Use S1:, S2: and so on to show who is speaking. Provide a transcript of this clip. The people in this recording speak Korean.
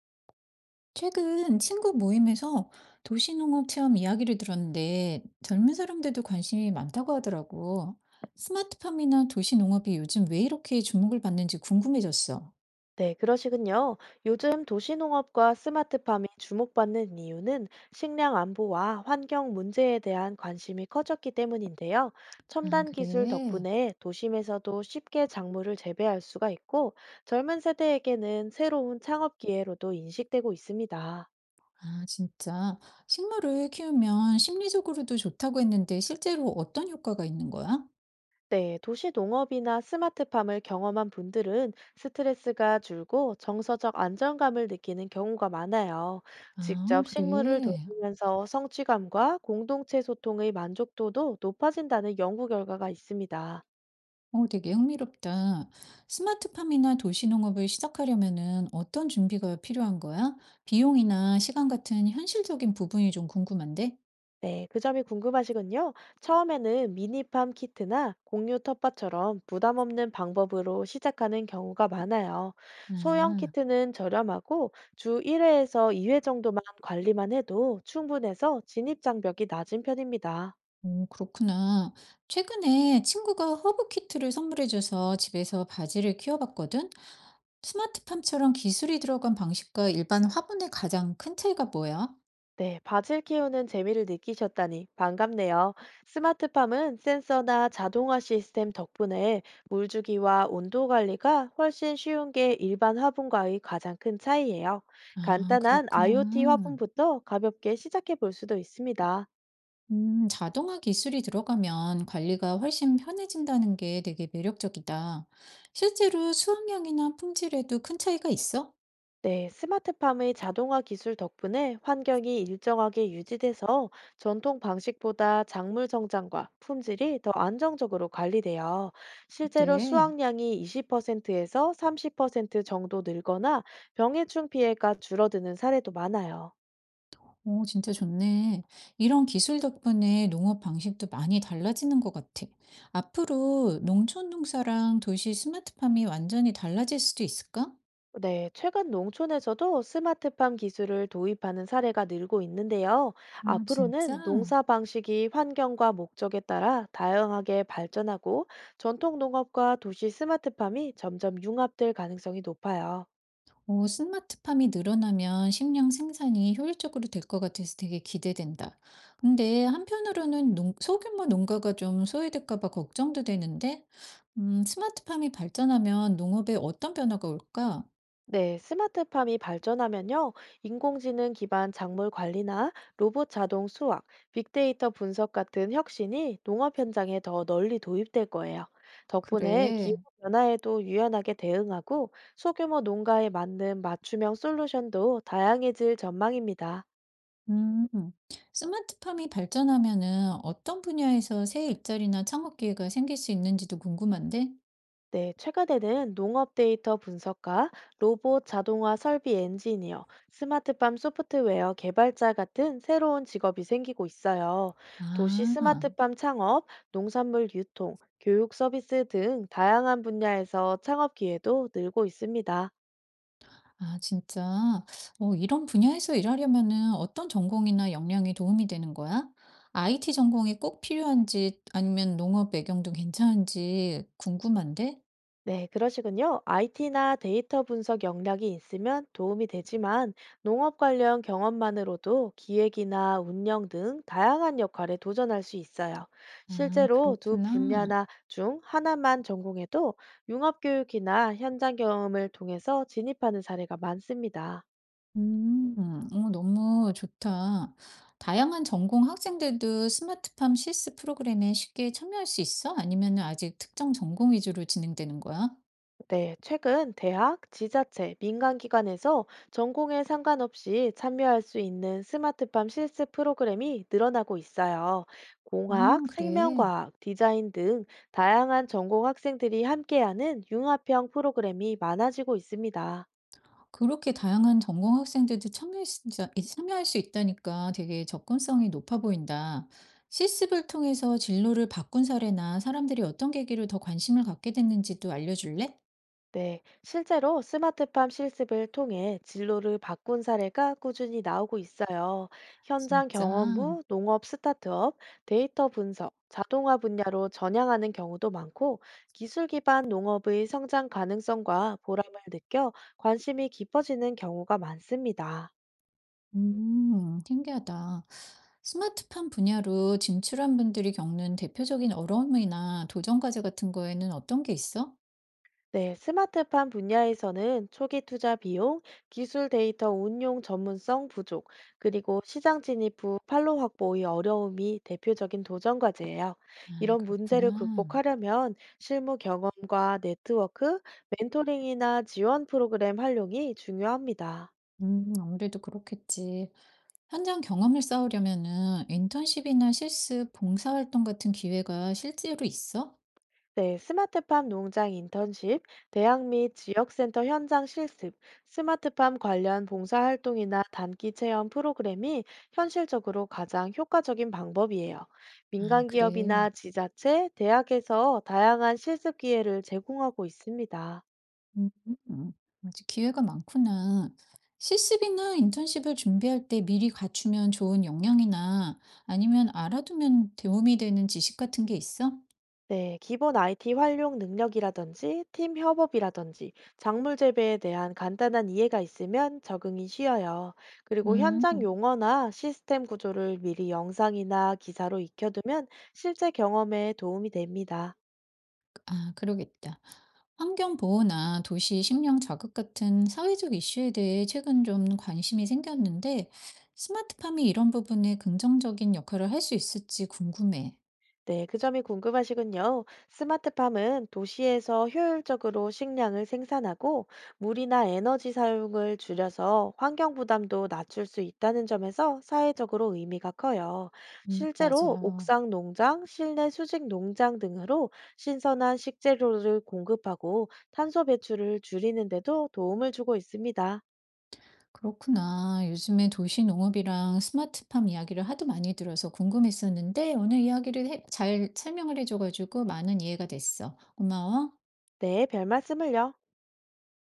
S1: 최근 친구 모임에서 도시농업 체험 이야기를 들었는데 젊은 사람들도 관심이 많다고 하더라고. 스마트팜이나 도시농업이 요즘 왜 이렇게 주목을 받는지 궁금해졌어.
S2: 네, 그러시군요. 요즘 도시농업과 스마트팜이 주목받는 이유는 식량 안보와 환경 문제에 대한 관심이 커졌기 때문인데요.
S1: 아,
S2: 첨단 기술
S1: 그래.
S2: 덕분에 도심에서도 쉽게 작물을 재배할 수가 있고 젊은 세대에게는 새로운 창업 기회로도 인식되고 있습니다.
S1: 아, 진짜. 식물을 키우면 심리적으로도 좋다고 했는데 실제로 어떤 효과가 있는 거야?
S2: 네, 도시 농업이나 스마트팜을 경험한 분들은 스트레스가 줄고 정서적 안정감을 느끼는 경우가 많아요.
S1: 아,
S2: 직접 식물을
S1: 그래.
S2: 돌보면서 성취감과 공동체 소통의 만족도도 높아진다는 연구 결과가 있습니다.
S1: 어, 되게 흥미롭다. 스마트팜이나 도시농업을 시작하려면은 어떤 준비가 필요한 거야? 비용이나 시간 같은 현실적인 부분이 좀 궁금한데?
S2: 네, 그 점이 궁금하시군요. 처음에는 미니팜 키트나 공유 텃밭처럼 부담 없는 방법으로 시작하는 경우가 많아요. 소형
S1: 아,
S2: 키트는 저렴하고 주 1회에서 2회 정도만 관리만 해도 충분해서 진입 장벽이 낮은 편입니다.
S1: 오, 그렇구나. 최근에 친구가 허브 키트를 선물해줘서 집에서 바지를 키워봤거든? 스마트팜처럼 기술이 들어간 방식과 일반 화분의 가장 큰 차이가 뭐야?
S2: 네, 밭을 키우는 재미를 느끼셨다니 반갑네요. 스마트팜은 센서나 자동화 시스템 덕분에 물주기와 온도 관리가 훨씬 쉬운 게 일반 화분과의 가장 큰 차이예요.
S1: 아,
S2: 간단한 IoT
S1: 그렇구나.
S2: 화분부터 가볍게 시작해 볼 수도 있습니다.
S1: 자동화 기술이 들어가면 관리가 훨씬 편해진다는 게 되게 매력적이다. 실제로 수확량이나 품질에도 큰 차이가 있어?
S2: 네, 스마트팜의 자동화 기술 덕분에 환경이 일정하게 유지돼서 전통 방식보다 작물 성장과 품질이 더 안정적으로 관리돼요. 실제로
S1: 그때.
S2: 수확량이 20%에서 30% 정도 늘거나 병해충 피해가 줄어드는 사례도 많아요.
S1: 오, 진짜 좋네. 이런 기술 덕분에 농업 방식도 많이 달라지는 것 같아. 앞으로 농촌 농사랑 도시 스마트팜이 완전히 달라질 수도 있을까?
S2: 네, 최근 농촌에서도 스마트팜 기술을 도입하는 사례가 늘고 있는데요.
S1: 아, 진짜?
S2: 앞으로는 농사 방식이 환경과 목적에 따라 다양하게 발전하고 전통 농업과 도시 스마트팜이 점점 융합될 가능성이 높아요.
S1: 오, 스마트팜이 늘어나면 식량 생산이 효율적으로 될 것 같아서 되게 기대된다. 근데 한편으로는 소규모 농가가 좀 소외될까 봐 걱정도 되는데, 스마트팜이 발전하면 농업에 어떤 변화가 올까?
S2: 네, 스마트팜이 발전하면요, 인공지능 기반 작물 관리나 로봇 자동 수확, 빅데이터 분석 같은 혁신이 농업 현장에 더 널리 도입될 거예요. 덕분에 기후
S1: 그래.
S2: 변화에도 유연하게 대응하고 소규모 농가에 맞는 맞춤형 솔루션도 다양해질 전망입니다.
S1: 음, 스마트팜이 발전하면은 어떤 분야에서 새 일자리나 창업 기회가 생길 수 있는지도 궁금한데?
S2: 네, 최근에는 농업 데이터 분석가, 로봇 자동화 설비 엔지니어, 스마트팜 소프트웨어 개발자 같은 새로운 직업이 생기고 있어요. 도시
S1: 아.
S2: 스마트팜 창업, 농산물 유통, 교육 서비스 등 다양한 분야에서 창업 기회도 늘고 있습니다.
S1: 아, 진짜? 어, 이런 분야에서 일하려면은 어떤 전공이나 역량이 도움이 되는 거야? IT 전공이 꼭 필요한지 아니면 농업 배경도 괜찮은지 궁금한데?
S2: 네, 그러시군요. IT나 데이터 분석 역량이 있으면 도움이 되지만 농업 관련 경험만으로도 기획이나 운영 등 다양한 역할에 도전할 수 있어요.
S1: 아,
S2: 실제로 두
S1: 그렇구나.
S2: 분야나 중 하나만 전공해도 융합 교육이나 현장 경험을 통해서 진입하는 사례가 많습니다.
S1: 음. 어, 너무 좋다. 다양한 전공 학생들도 스마트팜 실습 프로그램에 쉽게 참여할 수 있어? 아니면은 아직 특정 전공 위주로 진행되는 거야?
S2: 네, 최근 대학, 지자체, 민간기관에서 전공에 상관없이 참여할 수 있는 스마트팜 실습 프로그램이 늘어나고 있어요.
S1: 아,
S2: 공학,
S1: 그래.
S2: 생명과학, 디자인 등 다양한 전공 학생들이 함께하는 융합형 프로그램이 많아지고 있습니다.
S1: 그렇게 다양한 전공 학생들도 참여할 수 있다니까 되게 접근성이 높아 보인다. 실습을 통해서 진로를 바꾼 사례나 사람들이 어떤 계기로 더 관심을 갖게 됐는지도 알려줄래?
S2: 네, 실제로 스마트팜 실습을 통해 진로를 바꾼 사례가 꾸준히 나오고 있어요. 현장
S1: 진짜.
S2: 경험 후 농업 스타트업, 데이터 분석, 자동화 분야로 전향하는 경우도 많고, 기술 기반 농업의 성장 가능성과 보람을 느껴 관심이 깊어지는 경우가 많습니다.
S1: 신기하다. 스마트팜 분야로 진출한 분들이 겪는 대표적인 어려움이나 도전 과제 같은 거에는 어떤 게 있어?
S2: 네, 스마트팜 분야에서는 초기 투자 비용, 기술 데이터 운용 전문성 부족, 그리고 시장 진입 후 팔로 확보의 어려움이 대표적인 도전 과제예요.
S1: 아,
S2: 이런 문제를
S1: 그렇구나.
S2: 극복하려면 실무 경험과 네트워크, 멘토링이나 지원 프로그램 활용이 중요합니다.
S1: 아무래도 그렇겠지. 현장 경험을 쌓으려면은 인턴십이나 실습, 봉사활동 같은 기회가 실제로 있어?
S2: 네, 스마트팜 농장 인턴십, 대학 및 지역센터 현장 실습, 스마트팜 관련 봉사활동이나 단기 체험 프로그램이 현실적으로 가장 효과적인 방법이에요.
S1: 아,
S2: 민간 기업이나
S1: 그래.
S2: 지자체, 대학에서 다양한 실습 기회를 제공하고 있습니다.
S1: 음, 음. 아직 기회가 많구나. 실습이나 인턴십을 준비할 때 미리 갖추면 좋은 역량이나 아니면 알아두면 도움이 되는 지식 같은 게 있어?
S2: 네, 기본 IT 활용 능력이라든지 팀 협업이라든지 작물 재배에 대한 간단한 이해가 있으면 적응이 쉬워요. 그리고
S1: 음.
S2: 현장 용어나 시스템 구조를 미리 영상이나 기사로 익혀두면 실제 경험에 도움이 됩니다.
S1: 아, 그러겠다. 환경 보호나 도시 식량 자극 같은 사회적 이슈에 대해 최근 좀 관심이 생겼는데, 스마트팜이 이런 부분에 긍정적인 역할을 할 수 있을지 궁금해.
S2: 네, 그 점이 궁금하시군요. 스마트팜은 도시에서 효율적으로 식량을 생산하고 물이나 에너지 사용을 줄여서 환경 부담도 낮출 수 있다는 점에서 사회적으로 의미가 커요. 실제로
S1: 맞아.
S2: 옥상 농장, 실내 수직 농장 등으로 신선한 식재료를 공급하고 탄소 배출을 줄이는 데도 도움을 주고 있습니다.
S1: 그렇구나. 요즘에 도시 농업이랑 스마트팜 이야기를 하도 많이 들어서 궁금했었는데, 오늘 잘 설명을 해줘가지고 많은 이해가 됐어. 고마워.
S2: 네, 별 말씀을요.